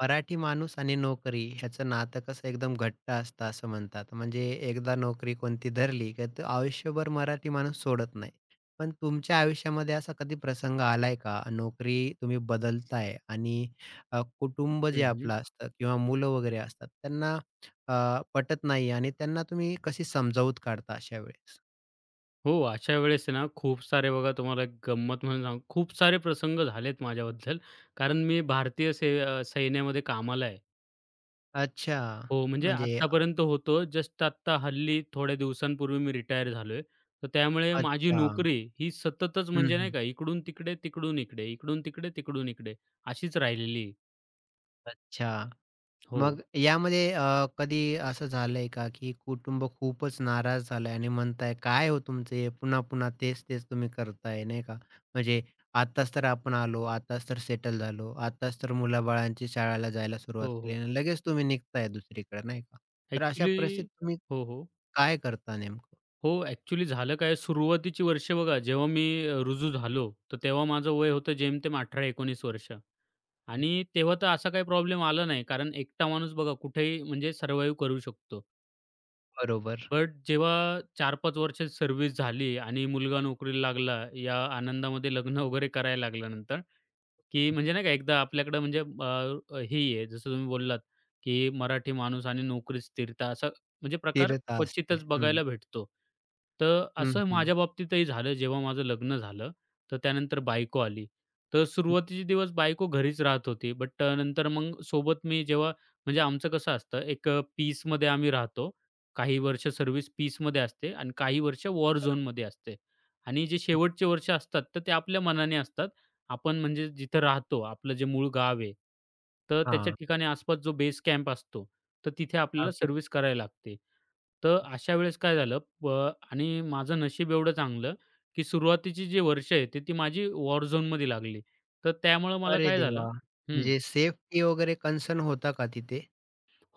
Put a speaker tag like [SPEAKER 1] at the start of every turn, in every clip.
[SPEAKER 1] मराठी माणूस आणि नोकरी ह्याचं नातं कसं एकदम घट्ट असतं असं म्हणतात. म्हणजे एकदा नोकरी कोणती धरली, की तो आयुष्यभर मराठी माणूस सोडत नाही. पण तुमच्या आयुष्यामध्ये असा कधी प्रसंग आलाय का? नोकरी तुम्ही बदलताय आणि कुटुंब जे
[SPEAKER 2] हं, हं.
[SPEAKER 1] आपलं असतं किंवा मुलं वगैरे असतात त्यांना पटत नाही आणि त्यांना तुम्ही कशी समजावूत काढता अशा वेळेस?
[SPEAKER 2] हो, अशा वेळेस आहे ना, खूप सारे बघा तुम्हाला एक गंमत म्हणून सांगू, खूप सारे प्रसंग झालेत माझ्याबद्दल. कारण मी भारतीय से सैन्यामध्ये कामाला आहे.
[SPEAKER 1] अच्छा.
[SPEAKER 2] हो. म्हणजे
[SPEAKER 1] म्हणजे
[SPEAKER 2] आत्तापर्यंत होतो. जस्ट आत्ता हल्ली थोड्या दिवसांपूर्वी मी रिटायर झालोय. तर त्यामुळे माझी
[SPEAKER 1] अच्छा.
[SPEAKER 2] नोकरी ही सततच
[SPEAKER 1] हं,
[SPEAKER 2] म्हणजे नाही
[SPEAKER 1] हं.
[SPEAKER 2] का, इकडून तिकडे, तिकडून इकडे, इकडून तिकडे, तिकडून इकडे अशीच राहिलेली आहे.
[SPEAKER 1] अच्छा.
[SPEAKER 2] हो.
[SPEAKER 1] मग यामध्ये कधी असं झालंय का, की कुटुंब खूपच नाराज झालंय आणि म्हणताय, "काय हो तुमचं हे पुन्हा-पुन्हा तेच-तेच तुम्ही करताय." नाही का? म्हणजे आत्ताच तर आपण आलो, आत्ताच तर सेटल झालो, आत्ताच तर मुलाबाळांची शाळेला जायला
[SPEAKER 2] हो,
[SPEAKER 1] सुरुवात केली
[SPEAKER 2] हो.
[SPEAKER 1] आणि लगेच तुम्ही निघताय दुसरीकडे नाही का? तर अशा
[SPEAKER 2] ॲक्चुअली
[SPEAKER 1] परिस्थितीत तुम्ही
[SPEAKER 2] हो, हो.
[SPEAKER 1] काय करता नेमकं?
[SPEAKER 2] हो, ॲक्चुअली झालं काय, सुरुवातीची वर्ष बघा, जेव्हा मी रुजू झालो, तर तेव्हा माझं वय होतं जेमतेम 18-19 वर्ष आणि तेव्हा तर असा काही प्रॉब्लेम आला नाही. कारण एकटा माणूस बघा कुठेही म्हणजे सर्व्हाईव्ह करू शकतो.
[SPEAKER 1] बरोबर.
[SPEAKER 2] बट जेव्हा 4-5 वर्ष सर्व्हिस झाली आणि मुलगा नोकरीला लागला, या आनंदामध्ये लग्न वगैरे करायला लागल्यानंतर की म्हणजे नाही का एकदा आपल्याकडं म्हणजे हे आहे जसं तुम्ही बोललात, की मराठी माणूस आणि नोकरीत स्थिरता असा म्हणजे प्रकार
[SPEAKER 1] स्थिरता असते.
[SPEAKER 2] क्वचितच
[SPEAKER 1] हं,
[SPEAKER 2] बघायला भेटतो. तर
[SPEAKER 1] हं,
[SPEAKER 2] असं
[SPEAKER 1] हं.
[SPEAKER 2] माझ्या बाबतीतही झालं जेव्हा माझं लग्न झालं, तर त्यानंतर बायको आली. तर सुरुवातीचे दिवस बायको घरीच राहत होती. बट नंतर मग सोबत मी जेव्हा म्हणजे आमचं कसं असतं एक पीसमध्ये आम्ही राहतो. काही वर्ष सर्व्हिस पीसमध्ये असते आणि काही वर्ष वॉर
[SPEAKER 1] बरोबर.
[SPEAKER 2] झोनमध्ये असते आणि जे शेवटचे वर्ष असतात, तर ते आपल्या मनाने असतात. आपण म्हणजे जिथं राहतो, आपलं जे मूळ गाव आहे, तर त्याच्या
[SPEAKER 1] हां.
[SPEAKER 2] ठिकाणी आसपास जो बेस कॅम्प असतो, तर तिथे आपल्याला
[SPEAKER 1] अगदी.
[SPEAKER 2] सर्व्हिस करायला लागते. तर अशा वेळेस काय झालं प आणि माझं नशीब एवढं चांगलं, की सुरुवातीची जी वर्ष आहे, ते ती माझी वॉर झोनमध्ये लागली. तर त्यामुळं मला
[SPEAKER 1] अरे
[SPEAKER 2] काय झालं
[SPEAKER 1] देवा!
[SPEAKER 2] हं.
[SPEAKER 1] म्हणजे सेफ्टी वगैरे कन्सर्न होता का तिथे?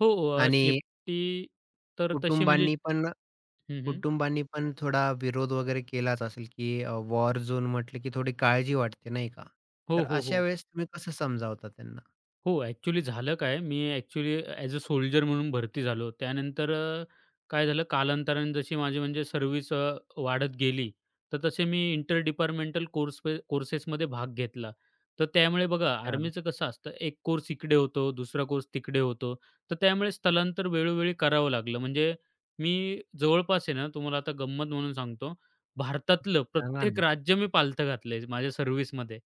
[SPEAKER 2] हो,
[SPEAKER 1] आणि
[SPEAKER 2] सेफ्टी तर तशी म्हणजे
[SPEAKER 1] कुटुंबांनी पण
[SPEAKER 2] हं, हं.
[SPEAKER 1] कुटुंबांनी पण थोडा विरोध वगैरे केलाच असेल, की वॉर झोन म्हटलं, की थोडी काळजी वाटते नाही का?
[SPEAKER 2] हो,
[SPEAKER 1] तर
[SPEAKER 2] हो, हो.
[SPEAKER 1] अशा वेळेस तुम्ही कसं समजावता त्यांना?
[SPEAKER 2] हो, ॲक्चुअली झालं काय, मी ॲक्चुअली ॲज अ सोल्जर म्हणून भरती झालो. त्यानंतर काय झालं कालांतराने जशी माझी म्हणजे सर्व्हिस वाढत गेली, तर तसे मी इंटर डिपार्टमेंटल कोर्सेसमध्ये भाग घेतला. तर त्यामुळे बघा
[SPEAKER 1] अच्छा,
[SPEAKER 2] आर्मीचं कसं असतं, एक कोर्स इकडे होतो, दुसरा कोर्स तिकडे होतो. तर त्यामुळे स्थलांतर वेळोवेळी करावं लागलं. म्हणजे मी जवळपास आहे ना, तुम्हाला आता गंमत म्हणून सांगतो, भारतातलं
[SPEAKER 1] सांगा
[SPEAKER 2] प्रत्येक
[SPEAKER 1] ना.
[SPEAKER 2] राज्य मी पालथं घातलंय माझ्या सर्व्हिसमध्ये.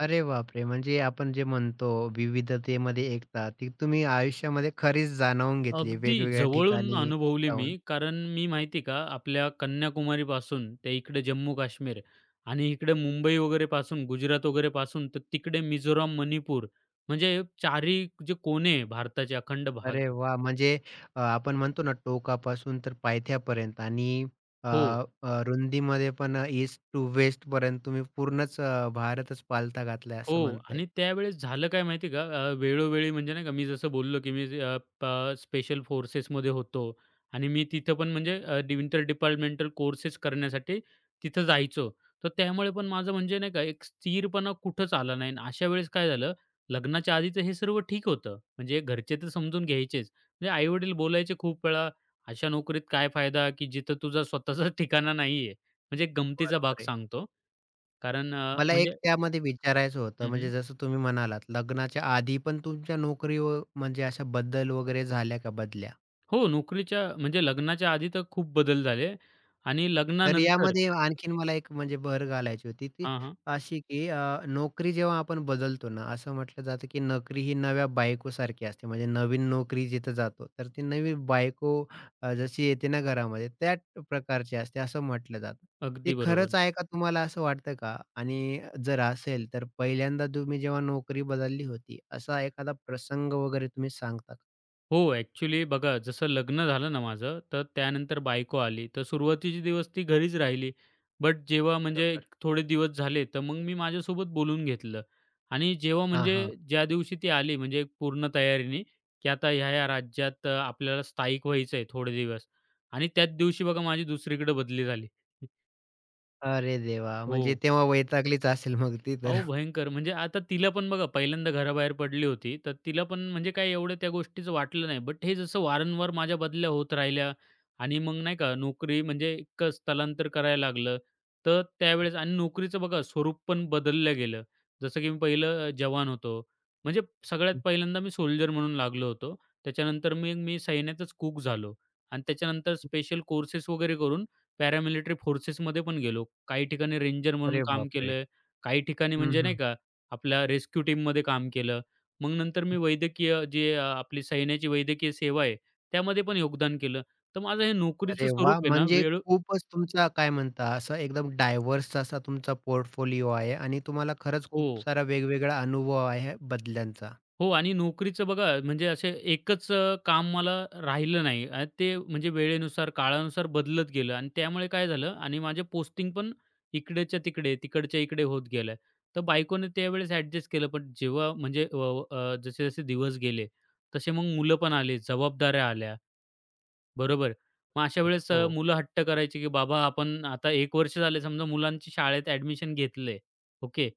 [SPEAKER 1] अरे बापरे! म्हणजे आपण जे म्हणतो विविधतेमध्ये एकता, ती तुम्ही आयुष्यामध्ये खरीच जाणवून घेतली
[SPEAKER 2] अगदी
[SPEAKER 1] वेगवेगळ्या
[SPEAKER 2] जवळून
[SPEAKER 1] ठिकाणी
[SPEAKER 2] अनुभवली मी.
[SPEAKER 1] जाऊन.
[SPEAKER 2] कारण मी माहिती आहे का, आपल्या कन्याकुमारीपासून ते इकडे जम्मू-काश्मीर आणि इकडे मुंबई वगैरे पासून, गुजरात वगैरे पासून तर तिकडे मिझोराम, मणिपूर म्हणजे चारी जे कोने आहे भारताचे अखंड भाग
[SPEAKER 1] अरे वाह! म्हणजे आपण म्हणतो ना टोकापासून तर पायथ्यापर्यंत आणि अ,
[SPEAKER 2] हो.
[SPEAKER 1] अ, रुंदीमध्ये पण ईस्ट टू वेस्टपर्यंत तुम्ही पूर्णच भारतच पालथा घातलाय
[SPEAKER 2] हो
[SPEAKER 1] असं म्हणता येईल.
[SPEAKER 2] आणि त्यावेळेस झालं काय माहिती आहे का? वेळोवेळी म्हणजे नाही का मी जसं बोललो, की मी स्पेशल फोर्सेसमध्ये होतो आणि मी तिथं पण म्हणजे इंटर डिपार्टमेंटल कोर्सेस करण्यासाठी तिथं जायचो. तर त्यामुळे पण माझं म्हणजे नाही का एक स्थिरपणा कुठंच आला नाही आणि अशा वेळेस काय झालं, लग्नाच्या आधीचं हे सर्व ठीक होतं. म्हणजे घरचे तर समजून घ्यायचेच. म्हणजे आई बोलायचे खूप वेळा, "अशा नोकरीत काय फायदा की जिथं तुझा स्वतःचा ठिकाणा नाहीये." म्हणजे एक गमतीचा भाग
[SPEAKER 1] बरोबर आहे.
[SPEAKER 2] सांगतो. कारण
[SPEAKER 1] मला एक
[SPEAKER 2] म्हणजे
[SPEAKER 1] त्यामध्ये विचारायचं होतं,
[SPEAKER 2] हं, हं.
[SPEAKER 1] म्हणजे जसं तुम्ही म्हणालात लग्नाच्या आधी पण तुमच्या नोकरीवर म्हणजे अशा बदल वगैरे झाल्या का बदल्या?
[SPEAKER 2] हो, नोकरीच्या म्हणजे लग्नाच्या आधी तर खूप बदल झाले आणि
[SPEAKER 1] तर
[SPEAKER 2] लग्नानंतर
[SPEAKER 1] यामध्ये आणखीन मला एक म्हणजे भर घालायची होती ती
[SPEAKER 2] हां, हां.
[SPEAKER 1] अशी, की नोकरी जेव्हा आपण बदलतो ना, असं म्हटलं जातं, की नोकरी ही नव्या बायकोसारखी असते. म्हणजे नवीन नोकरी जिथं जातो, तर ती नवी बायको जशी येते ना घरामध्ये, त्या प्रकारची असते असं म्हटलं जातं. ते
[SPEAKER 2] अगदी बरोबर.
[SPEAKER 1] खरंच आहे का तुम्हाला असं वाटतं का? आणि जर असेल, तर पहिल्यांदा तुम्ही जेव्हा नोकरी बदलली होती, असा एखादा प्रसंग वगैरे तुम्ही सांगता का?
[SPEAKER 2] हो, ॲक्चुअली बघा जसं लग्न झालं ना माझं, तर त्यानंतर बायको आली. तर सुरुवातीचे दिवस ती घरीच राहिली. बट जेव्हा म्हणजे एक
[SPEAKER 1] बरोबर.
[SPEAKER 2] थोडे दिवस झाले, तर मग मी माझ्यासोबत बोलून घेतलं आणि जेव्हा
[SPEAKER 1] हां,
[SPEAKER 2] म्हणजे
[SPEAKER 1] हां.
[SPEAKER 2] ज्या दिवशी ती आली म्हणजे एक पूर्ण तयारीने, की आता ह्या-ह्या राज्यात आपल्याला स्थायिक व्हायचं आहे थोडे दिवस आणि त्याच दिवशी बघा माझी दुसरीकडे बदली झाली.
[SPEAKER 1] अरे देवा!
[SPEAKER 2] हो.
[SPEAKER 1] म्हणजे तेव्हा वैतागलीच असेल मग ती तर.
[SPEAKER 2] अहो, भयंकर. म्हणजे आता तिला पण बघा पहिल्यांदा घराबाहेर पडली होती, तर तिला पण म्हणजे काय एवढं त्या गोष्टीचं वाटलं नाही. बट हे जसं वारंवार माझ्या बदल्या होत राहिल्या आणि मग नाही का नोकरी म्हणजे इतकं स्थलांतर करायला लागलं. तर त्यावेळेस आणि नोकरीचं बघा स्वरूप पण बदललं गेलं. जसं की मी पहिलं जवान होतो. म्हणजे सगळ्यात पहिल्यांदा मी सोल्जर म्हणून लागलो होतो. त्याच्यानंतर मी मी सैन्यातच कूक झालो आणि त्याच्यानंतर स्पेशल कोर्सेस वगैरे करून पॅरामिलिटरी फोर्सेसमध्ये पण गेलो. काही ठिकाणी रेंजर म्हणून
[SPEAKER 1] अरे
[SPEAKER 2] काम
[SPEAKER 1] बापरे!
[SPEAKER 2] केलं काही ठिकाणी
[SPEAKER 1] हं,
[SPEAKER 2] म्हणजे
[SPEAKER 1] हं.
[SPEAKER 2] नाही का, आपल्या रेस्क्यू टीममध्ये काम केलं. मग नंतर मी वैद्यकीय जे आपली सैन्याची वैद्यकीय सेवा आहे, त्यामध्ये पण योगदान केलं. तर माझं हे नोकरीचं
[SPEAKER 1] अरे वाह!
[SPEAKER 2] स्वरूप आहे ना,
[SPEAKER 1] म्हणजे
[SPEAKER 2] वेळ
[SPEAKER 1] खूपच तुमचा काय म्हणता असा एकदम डायव्हर्स असा तुमचा पोर्टफोलिओ आहे आणि तुम्हाला खरंच
[SPEAKER 2] हो.
[SPEAKER 1] खूप सारा वेगवेगळा अनुभव आहे बदल्यांचा.
[SPEAKER 2] हो आणि नोकरीचं बघा म्हणजे असे एकच काम मला राहिलं नाही आणि ते म्हणजे वेळेनुसार, काळानुसार बदलत गेलं आणि त्यामुळे काय झालं आणि माझे पोस्टिंग पण इकडेच्या तिकडे, तिकडच्या इकडे होत गेलं. तर बायकोने त्यावेळेस ॲडजस्ट केलं. पण जेव्हा म्हणजे अ, अ, जसे-जसे दिवस गेले, तसे मग मुलं पण आली, जबाबदाऱ्या आल्या, बरोबर? मग अशा वेळेस
[SPEAKER 1] हो.
[SPEAKER 2] मुलं हट्ट करायची की बाबा आपण आता 1 वर्ष झाले समजा मुलांची शाळेत ॲडमिशन घेतलंय, ओके.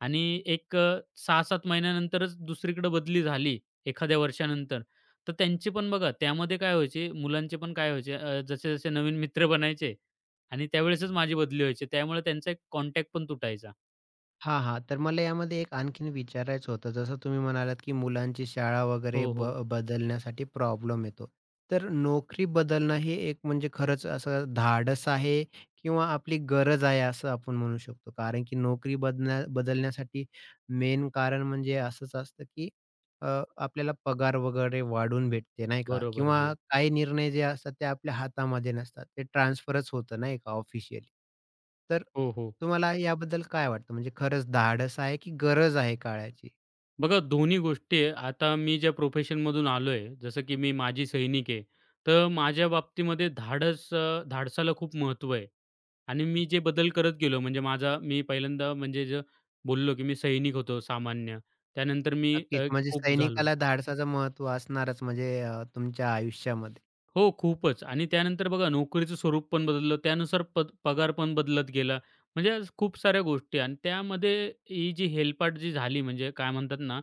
[SPEAKER 2] आणि एक 6-7 महिन्यानंतरच दुसरीकडे बदली झाली, एखाद्या वर्षानंतर. तर त्यांची पण बघा त्यामध्ये काय व्हायचे, मुलांचे पण काय व्हायचे जसे-जसे नवीन मित्र बनायचे आणि त्यावेळेसच माझी बदली व्हायची. त्यामुळे त्यांचा एक कॉन्टॅक्ट पण तुटायचा.
[SPEAKER 1] हां, हां. तर मला यामध्ये एक आणखीन विचारायचं होतं, जसं तुम्ही म्हणालात, की मुलांची शाळा वगैरे
[SPEAKER 2] हो, हो.
[SPEAKER 1] बदलण्यासाठी प्रॉब्लेम येतो. तर नोकरी बदलणं हे एक म्हणजे खरंच असं धाडस आहे किंवा आपली गरज आहे, असं आपण म्हणू शकतो. कारण की नोकरी बदलण्यासाठी मेन कारण म्हणजे असंच असतं, की आपल्याला पगार वगैरे वाढून भेटते नाही का?
[SPEAKER 2] बरोबर.
[SPEAKER 1] किंवा
[SPEAKER 2] हो.
[SPEAKER 1] काही निर्णय जे असतात ते आपल्या हातामध्ये नसतात. ते ट्रान्सफरच होतं नाही का ऑफिशियली. तर
[SPEAKER 2] हो, हो.
[SPEAKER 1] तुम्हाला याबद्दल काय वाटतं? म्हणजे खरंच धाडस आहे की गरज आहे काळाची?
[SPEAKER 2] बघा दोन्ही गोष्टी आहे. आता मी ज्या प्रोफेशनमधून आलोय, जसं की मी माजी सैनिक आहे. तर माझ्या बाबतीमध्ये धाडस धाडसाला खूप महत्त्व आहे आणि मी जे बदल करत गेलो म्हणजे माझा मी पहिल्यांदा म्हणजे जे बोललो, की मी सैनिक होतो सामान्य. त्यानंतर मी
[SPEAKER 1] नक्कीच म्हणजे
[SPEAKER 2] कुक झालो.
[SPEAKER 1] सैनिकाला धाडसाचं महत्त्व असणारच म्हणजे तुमच्या आयुष्यामध्ये.
[SPEAKER 2] हो, खूपच. आणि त्यानंतर बघा नोकरीचं स्वरूप पण बदललं. त्यानुसार पद पगार पण बदलत गेला. म्हणजे आज खूप साऱ्या गोष्टी आणि त्यामध्ये ही जी हेलपाट जी झाली म्हणजे काय म्हणतात ना,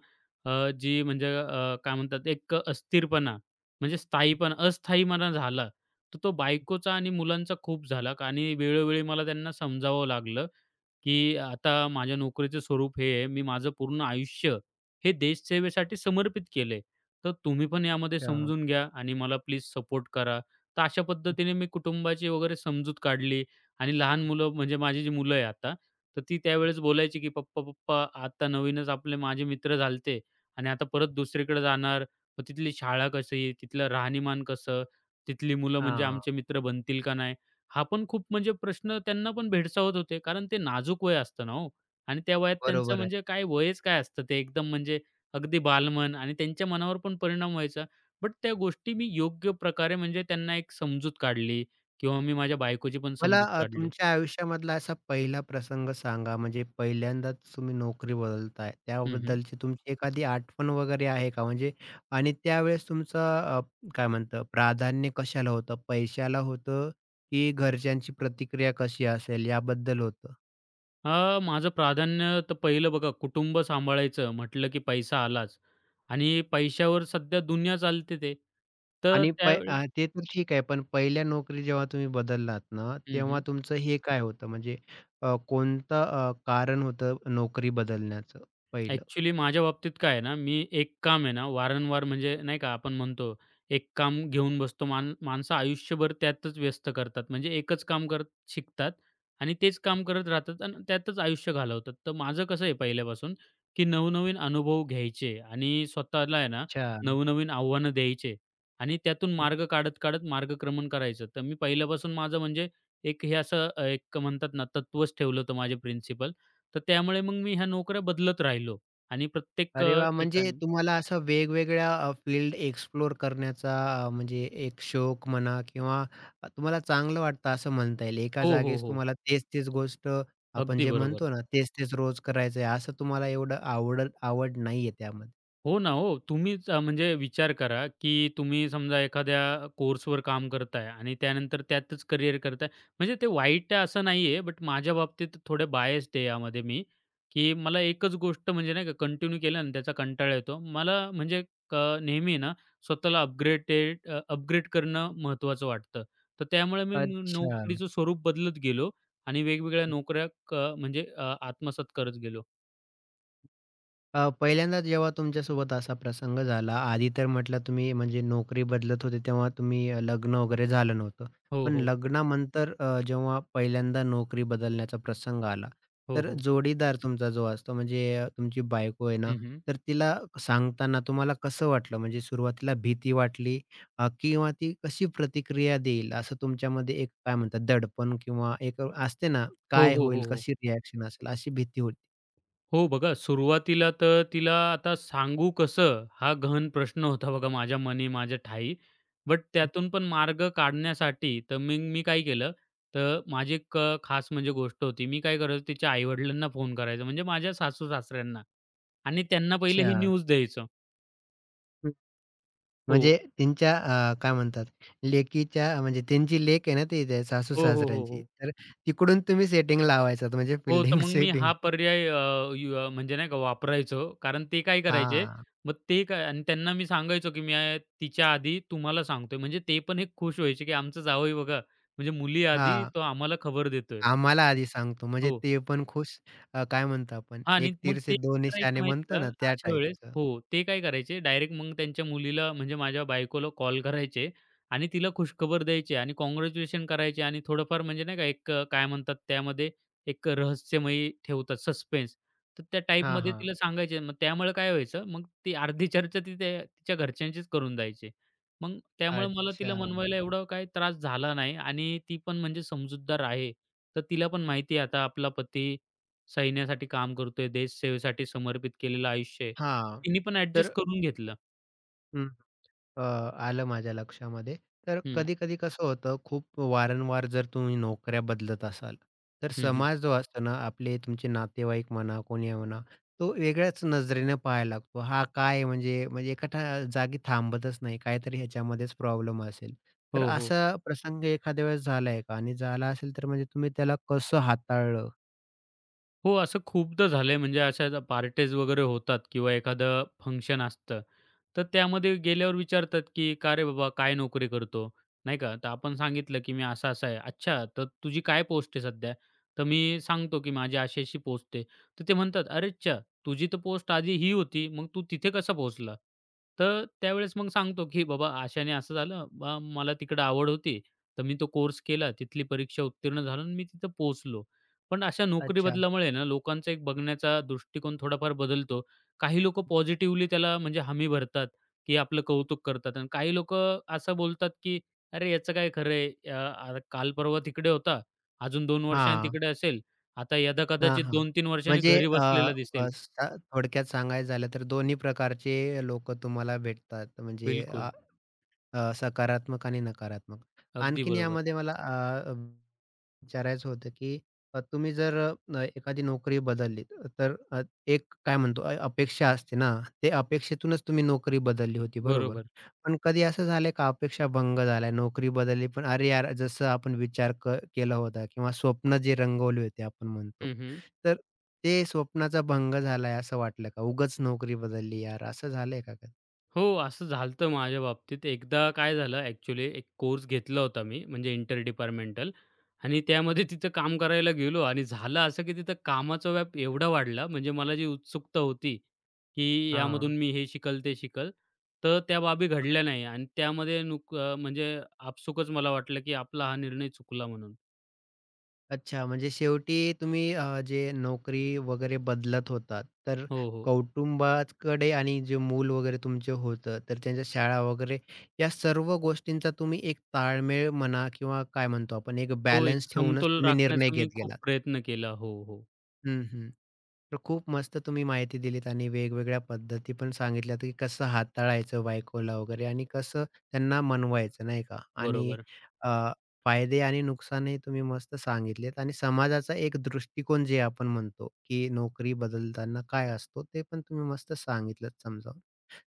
[SPEAKER 2] जी म्हणजे काय म्हणतात एक अस्थिरपणा म्हणजे स्थायीपणा अस्थायीपणा झाला. तर तो बायकोचा आणि मुलांचा खूप झाला आणि वेळोवेळी मला त्यांना समजावं लागलं की आता माझ्या नोकरीचं स्वरूप हे आहे. मी माझं पूर्ण आयुष्य हे देशसेवेसाठी समर्पित केलंय. तर तुम्ही पण यामध्ये
[SPEAKER 1] अच्छा.
[SPEAKER 2] समजून घ्या आणि मला प्लीज सपोर्ट करा. तर अशा पद्धतीने मी कुटुंबाची वगैरे समजूत काढली आणि लहान मुलं म्हणजे माझी जी मुलं आहे आता, तर ती त्यावेळेस बोलायची की "पप्पा, पप्पा आता नवीनच आपले माझे मित्र झालते आणि आता परत दुसरीकडे जाणार. मग तिथली शाळा कशी? तिथलं राहणीमान कसं? तिथली मुलं म्हणजे
[SPEAKER 1] हां,
[SPEAKER 2] आमचे मित्र बनतील का नाही?" हा पण खूप म्हणजे प्रश्न त्यांना पण भेडसावत होते. कारण ते नाजूक वय असतं ना हो आणि त्या वयात त्यांचं
[SPEAKER 1] बरोबर आहे.
[SPEAKER 2] म्हणजे काय वयच काय असतं ते एकदम म्हणजे अगदी बालमन आणि त्यांच्या मनावर पण परिणाम व्हायचा. बट त्या गोष्टी मी योग्य प्रकारे म्हणजे त्यांना एक समजूत काढली किंवा मी माझ्या बायकोची पण
[SPEAKER 1] मला
[SPEAKER 2] समजूत काढली.
[SPEAKER 1] तुमच्या आयुष्यामधला असा पहिला प्रसंग सांगा, म्हणजे पहिल्यांदाच तुम्ही नोकरी बदलताय,
[SPEAKER 2] हं, हं.
[SPEAKER 1] त्याबद्दलची तुमची एखादी आठवण वगैरे आहे का? म्हणजे आणि त्यावेळेस तुमचं अ, काय म्हणतं प्राधान्य कशाला होतं? पैशाला होतं की घरच्यांची प्रतिक्रिया कशी असेल याबद्दल होतं?
[SPEAKER 2] माझं प्राधान्य तर पहिलं बघा कुटुंब सांभाळायचं म्हटलं की पैसा आलाच आणि पैशावर सध्या दुनिया चालते ते. तर
[SPEAKER 1] आणि
[SPEAKER 2] त्यावेळेस
[SPEAKER 1] ते तर ठीक आहे, पण पहिल्या नोकरी जेव्हा तुम्ही बदललात ना, तेव्हा तुमचं हे काय होतं? म्हणजे कोणतं कारण होतं नोकरी बदलण्याचं पहिलं?
[SPEAKER 2] ॲक्चुअली माझ्या बाबतीत काय आहे ना, मी एक काम आहे ना, वारंवार म्हणजे नाही का आपण म्हणतो, एक काम घेऊन बसतो. मान माणसं आयुष्यभर त्यातच व्यस्त करतात. म्हणजे एकच काम करत शिकतात आणि तेच काम करत राहतात आणि त्यातच आयुष्य घालवतात. तर माझं कसं आहे पहिल्यापासून, की नवनवीन अनुभव घ्यायचे आणि स्वतःला आहे ना,
[SPEAKER 1] अच्छा.
[SPEAKER 2] नवनवीन आव्हानं द्यायचे आणि त्यातून मार्ग काढत-काढत मार्गक्रमण करायचं. तर मी पहिल्यापासून माझं म्हणजे एक हे असं एक म्हणतात ना, तत्वच ठेवलं होतं माझे प्रिन्सिपल. तर त्यामुळे मग मी ह्या नोकऱ्या बदलत राहिलो. आणि प्रत्येक
[SPEAKER 1] अरे वाह! म्हणजे
[SPEAKER 2] ठिकाणी
[SPEAKER 1] तुम्हाला असं वेगवेगळ्या फील्ड एक्सप्लोर करण्याचा म्हणजे एक शौक म्हणा किंवा तुम्हाला चांगलं वाटतं असं म्हणता येईल. एका
[SPEAKER 2] हो, हो,
[SPEAKER 1] जागीच
[SPEAKER 2] हो.
[SPEAKER 1] तुम्हाला तेच-तेच गोष्ट आपण
[SPEAKER 2] अगदी
[SPEAKER 1] जे
[SPEAKER 2] बरोबर.
[SPEAKER 1] म्हणतो ना, तेच-तेच रोज करायचं आहे, असं तुम्हाला एवढं आवड आवड नाहीये त्यामध्ये.
[SPEAKER 2] हो ना, हो. तुम्हीच म्हणजे विचार करा, की तुम्ही समजा एखाद्या कोर्सवर काम करताय आणि त्यानंतर त्यातच करिअर करताय. म्हणजे ते वाईट आहे असं नाहीये, बट माझ्या बाबतीत थोडे बायस आहे यामध्ये मी, की मला एकच गोष्ट म्हणजे नाही का कंटिन्यू केलं आणि त्याचा कंटाळा येतो. मला म्हणजे क नेहमी ना स्वतःला अपग्रेड करणं महत्त्वाचं वाटतं. तर त्यामुळे मी म
[SPEAKER 1] अच्छा.
[SPEAKER 2] नोकरीचं स्वरूप बदलत गेलो आणि वेगवेगळ्या नोकऱ्या क म्हणजे आत्मसात करत गेलो.
[SPEAKER 1] पहिल्यांदा जेव्हा तुमच्यासोबत असा प्रसंग झाला, आधी तर म्हटलं तुम्ही म्हणजे नोकरी बदलत होते, तेव्हा तुम्ही लग्न वगैरे झालं नव्हतं.
[SPEAKER 2] हो,
[SPEAKER 1] पण
[SPEAKER 2] हो.
[SPEAKER 1] लग्नानंतर जेव्हा पहिल्यांदा नोकरी बदलण्याचा प्रसंग आला,
[SPEAKER 2] हो,
[SPEAKER 1] तर
[SPEAKER 2] हो.
[SPEAKER 1] जोडीदार तुमचा जो असतो म्हणजे तुमची बायको आहे ना,
[SPEAKER 2] हं, हं.
[SPEAKER 1] तर तिला सांगताना तुम्हाला कसं वाटलं? म्हणजे सुरुवातीला भीती वाटली किंवा ती कशी प्रतिक्रिया देईल? असं तुमच्यामध्ये एक काय म्हणतात दडपण किंवा एक असते ना,
[SPEAKER 2] हो,
[SPEAKER 1] काय
[SPEAKER 2] हो,
[SPEAKER 1] होईल,
[SPEAKER 2] हो, हो.
[SPEAKER 1] कशी रिएक्शन असेल, अशी भीती होती?
[SPEAKER 2] हो बघा, सुरुवातीला तर तिला आता सांगू कसं? हा गहन प्रश्न होता बघा माझ्या मनी, माझ्या ठाई बट त्यातून पण मार्ग काढण्यासाठी तर मग मी काय केलं, तर माझी एक खास म्हणजे गोष्ट होती. मी काय करायचो तिच्या आई-वडिलांना फोन करायचो, म्हणजे माझ्या सासू-सासऱ्यांना आणि त्यांना पहिले
[SPEAKER 1] अच्छा.
[SPEAKER 2] ही न्यूज द्यायचं. हो.
[SPEAKER 1] म्हणजे त्यांच्या काय म्हणतात लेकीच्या म्हणजे त्यांची लेक आहे ना ती ते
[SPEAKER 2] हो, हो, हो,
[SPEAKER 1] सासू-सासऱ्यांची.
[SPEAKER 2] हो.
[SPEAKER 1] तर तिकडून तुम्ही सेटिंग लावायचात म्हणजे
[SPEAKER 2] हो, तर
[SPEAKER 1] फिल्डिंग
[SPEAKER 2] मग मी
[SPEAKER 1] सेटिंग.
[SPEAKER 2] हा पर्याय म्हणजे नाही का वापरायचो. कारण ते काय करायचे,
[SPEAKER 1] हां,
[SPEAKER 2] मग ते काय आणि त्यांना मी सांगायचो, की मी तिच्या आधी तुम्हाला सांगतोय. म्हणजे ते पण एक खुश व्हायचे, की आमचं जावई बघा, म्हणजे मुली आधी
[SPEAKER 1] हां.
[SPEAKER 2] तो आम्हाला खबर देतोय.
[SPEAKER 1] आम्हाला आधी सांगतो म्हणजे
[SPEAKER 2] हो.
[SPEAKER 1] ते पण खुश काय म्हणतो आपण
[SPEAKER 2] हां आणि
[SPEAKER 1] एक
[SPEAKER 2] मग
[SPEAKER 1] तीर
[SPEAKER 2] ते
[SPEAKER 1] से दो
[SPEAKER 2] काय करायचे
[SPEAKER 1] निशाने
[SPEAKER 2] माहिती का
[SPEAKER 1] म्हणतो ना त्या
[SPEAKER 2] अशा वेळेस
[SPEAKER 1] टाइपचं.
[SPEAKER 2] हो, ते काय करायचे डायरेक्ट मग त्यांच्या मुलीला म्हणजे माझ्या बायकोला कॉल करायचे आणि तिला खुशखबर द्यायचे आणि काँग्रॅच्युलेशन करायचे आणि थोडंफार म्हणजे नाही का एक काय म्हणतात त्यामध्ये एक रहस्यमयी ठेवतात सस्पेन्स. तर त्या
[SPEAKER 1] हां,
[SPEAKER 2] टाईपमध्ये
[SPEAKER 1] हां.
[SPEAKER 2] तिला सांगायचे. मग त्यामुळे काय व्हायचं, मग ती अर्धी चर्चा ती त्या तिच्या घरच्यांचीच करून जायची. मग त्यामुळे मला तिला
[SPEAKER 1] अच्छा.
[SPEAKER 2] मनवायला एवढा काही त्रास झाला नाही आणि ती पण म्हणजे समजूतदार आहे. तर तिला पण माहिती आहे आता आपला पती सैन्यासाठी काम करतोय, देशसेवेसाठी समर्पित केलेलं आयुष्य आहे.
[SPEAKER 1] हां.
[SPEAKER 2] तिने पण ॲडजस्ट
[SPEAKER 1] तर
[SPEAKER 2] करून घेतलं.
[SPEAKER 1] हं. अ, आलं माझ्या लक्षामध्ये. तर
[SPEAKER 2] हं,
[SPEAKER 1] कधी-कधी कसं होतं, खूप वारंवार जर तुम्ही नोकऱ्या बदलत असाल, तर
[SPEAKER 2] हं, हं.
[SPEAKER 1] समाज जो असतो ना, आपले तुमचे नातेवाईक म्हणा, कोणी म्हणा, तो वेगळ्याच नजरेने पाहायला लागतो. हा काय आहे म्हणजे म्हणजे एका जागी थांबतच नाही, काहीतरी ह्याच्यामध्येच प्रॉब्लेम असेल. तर
[SPEAKER 2] हो, हो.
[SPEAKER 1] असा प्रसंग एखाद्या वेळेस झालाय का? आणि झाला असेल तर म्हणजे तुम्ही त्याला कसं हाताळलं?
[SPEAKER 2] हो, असं खूपदा झालंय म्हणजे अशा ज्या पार्टीज वगैरे होतात किंवा एखादं फंक्शन असतं. तर त्यामध्ये गेल्यावर विचारतात, की "का रे बाबा, काय नोकरी करतो?" नाही का. तर आपण सांगितलं, की "मी असा-असा आहे." "अच्छा, तर तुझी काय पोस्ट आहे सध्या?" तर मी सांगतो, की "माझी अशी-अशी पोस्ट आहे." तर ते म्हणतात, "अरेच्चा! तुझी तर पोस्ट आधी ही होती, मग तू तिथे कसा पोहोचला?" तर त्यावेळेस मग सांगतो, की "बाबा, अशाने असं झालं. बा मला तिकडं आवड होती, तर मी तो कोर्स केला, तिथली परीक्षा उत्तीर्ण झालो आणि मी तिथं पोहोचलो." पण अशा नोकरी
[SPEAKER 1] अच्छा.
[SPEAKER 2] बदलामुळे ना, लोकांचा एक बघण्याचा दृष्टिकोन थोडाफार बदलतो. काही लोकं पॉझिटिव्हली त्याला म्हणजे हमी भरतात, की आपलं कौतुक करतात आणि काही लोकं असं बोलतात की "अरे, याचं काय खरं अ, अ, काल परवा तिकडे होता, अजून 2 वर्षांनी
[SPEAKER 1] हा
[SPEAKER 2] तिकडे असेल, आता यदा
[SPEAKER 1] हां,
[SPEAKER 2] यदाकदाचित
[SPEAKER 1] हां.
[SPEAKER 2] 2-3 वर्षांनी
[SPEAKER 1] म्हणजे
[SPEAKER 2] घरी
[SPEAKER 1] अ,
[SPEAKER 2] बसलेला दिसेल."
[SPEAKER 1] अ, सा थोडक्यात सांगायचं झालं तर दोन्ही प्रकारचे लोकं तुम्हाला भेटतात. म्हणजे अ,
[SPEAKER 2] बिलकुल.
[SPEAKER 1] अ, सकारात्मक आणि नकारात्मक.
[SPEAKER 2] अगदी
[SPEAKER 1] आणखीन
[SPEAKER 2] बरोबर.
[SPEAKER 1] यामध्ये मला विचारायचं होतं की तुम्ही जर एखादी नोकरी बदललीत तर एक काय म्हणतो अपेक्षा असते ना, ते अपेक्षेतूनच तुम्ही नोकरी बदलली होती बरोबर.
[SPEAKER 2] बरोबर.
[SPEAKER 1] पण कधी असं झालंय का अपेक्षा भंग झालाय, नोकरी बदलली पण अरे यार जसं आपण विचार क केला होता किंवा स्वप्न जे रंगवले होते आपण म्हणतो.
[SPEAKER 2] हं, हं.
[SPEAKER 1] तर ते स्वप्नाचा भंग झालाय असं वाटलं का? उगाच नोकरी बदलली यार असं झालंय का कधी?
[SPEAKER 2] हो, असं झालतं माझ्या बाबतीत. एकदा काय झालं ॲक्चुअली एक कोर्स घेतला होता मी म्हणजे इंटर डिपार्टमेंटल आणि त्यामध्ये तिथं काम करायला गेलो आणि झालं असं, की तिथं कामाचा व्याप एवढा वाढला म्हणजे मला जी उत्सुकता होती, की
[SPEAKER 1] हां.
[SPEAKER 2] यामधून मी हे शिकल, ते शिकल, तर त्या बाबी घडल्या नाही आणि त्यामध्ये नुक म्हणजे आपसुकच मला वाटलं, की आपला हा निर्णय चुकला म्हणून.
[SPEAKER 1] अच्छा, म्हणजे शेवटी तुम्ही जे नोकरी वगैरे बदलत होतात, तर
[SPEAKER 2] हो, हो.
[SPEAKER 1] कौटुंबाकडे आणि जे मूल वगैरे तुमचे होतं, तर त्यांच्या शाळा वगैरे या सर्व गोष्टींचा तुम्ही एक ताळमेळ म्हणा किंवा काय म्हणतो आपण एक
[SPEAKER 2] हो, एक
[SPEAKER 1] बॅलन्स ठेवूनच
[SPEAKER 2] समतोल
[SPEAKER 1] तुम्ही निर्णय
[SPEAKER 2] राखण्याचा
[SPEAKER 1] घेत
[SPEAKER 2] मी खूप
[SPEAKER 1] गेलात.
[SPEAKER 2] प्रयत्न केला. हो, हो.
[SPEAKER 1] हं, हं. तर खूप मस्त तुम्ही माहिती दिलीत आणि वेगवेगळ्या पद्धती पण सांगितल्यात, की कसं हाताळायचं बायकोला वगैरे आणि कसं त्यांना मनवायचं नाही का? आणि
[SPEAKER 2] बरोबर.
[SPEAKER 1] अ, फायदे आणि नुकसानही तुम्ही मस्त सांगितलेत आणि समाजाचा एक दृष्टिकोन जे आपण म्हणतो, की नोकरी बदलताना काय असतो, ते पण तुम्ही मस्त सांगितलत समजावून.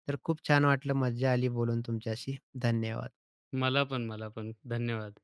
[SPEAKER 1] तर खूप छान वाटलं, मज्जा आली बोलून तुमच्याशी. धन्यवाद.
[SPEAKER 2] मला पण, मला पण. धन्यवाद.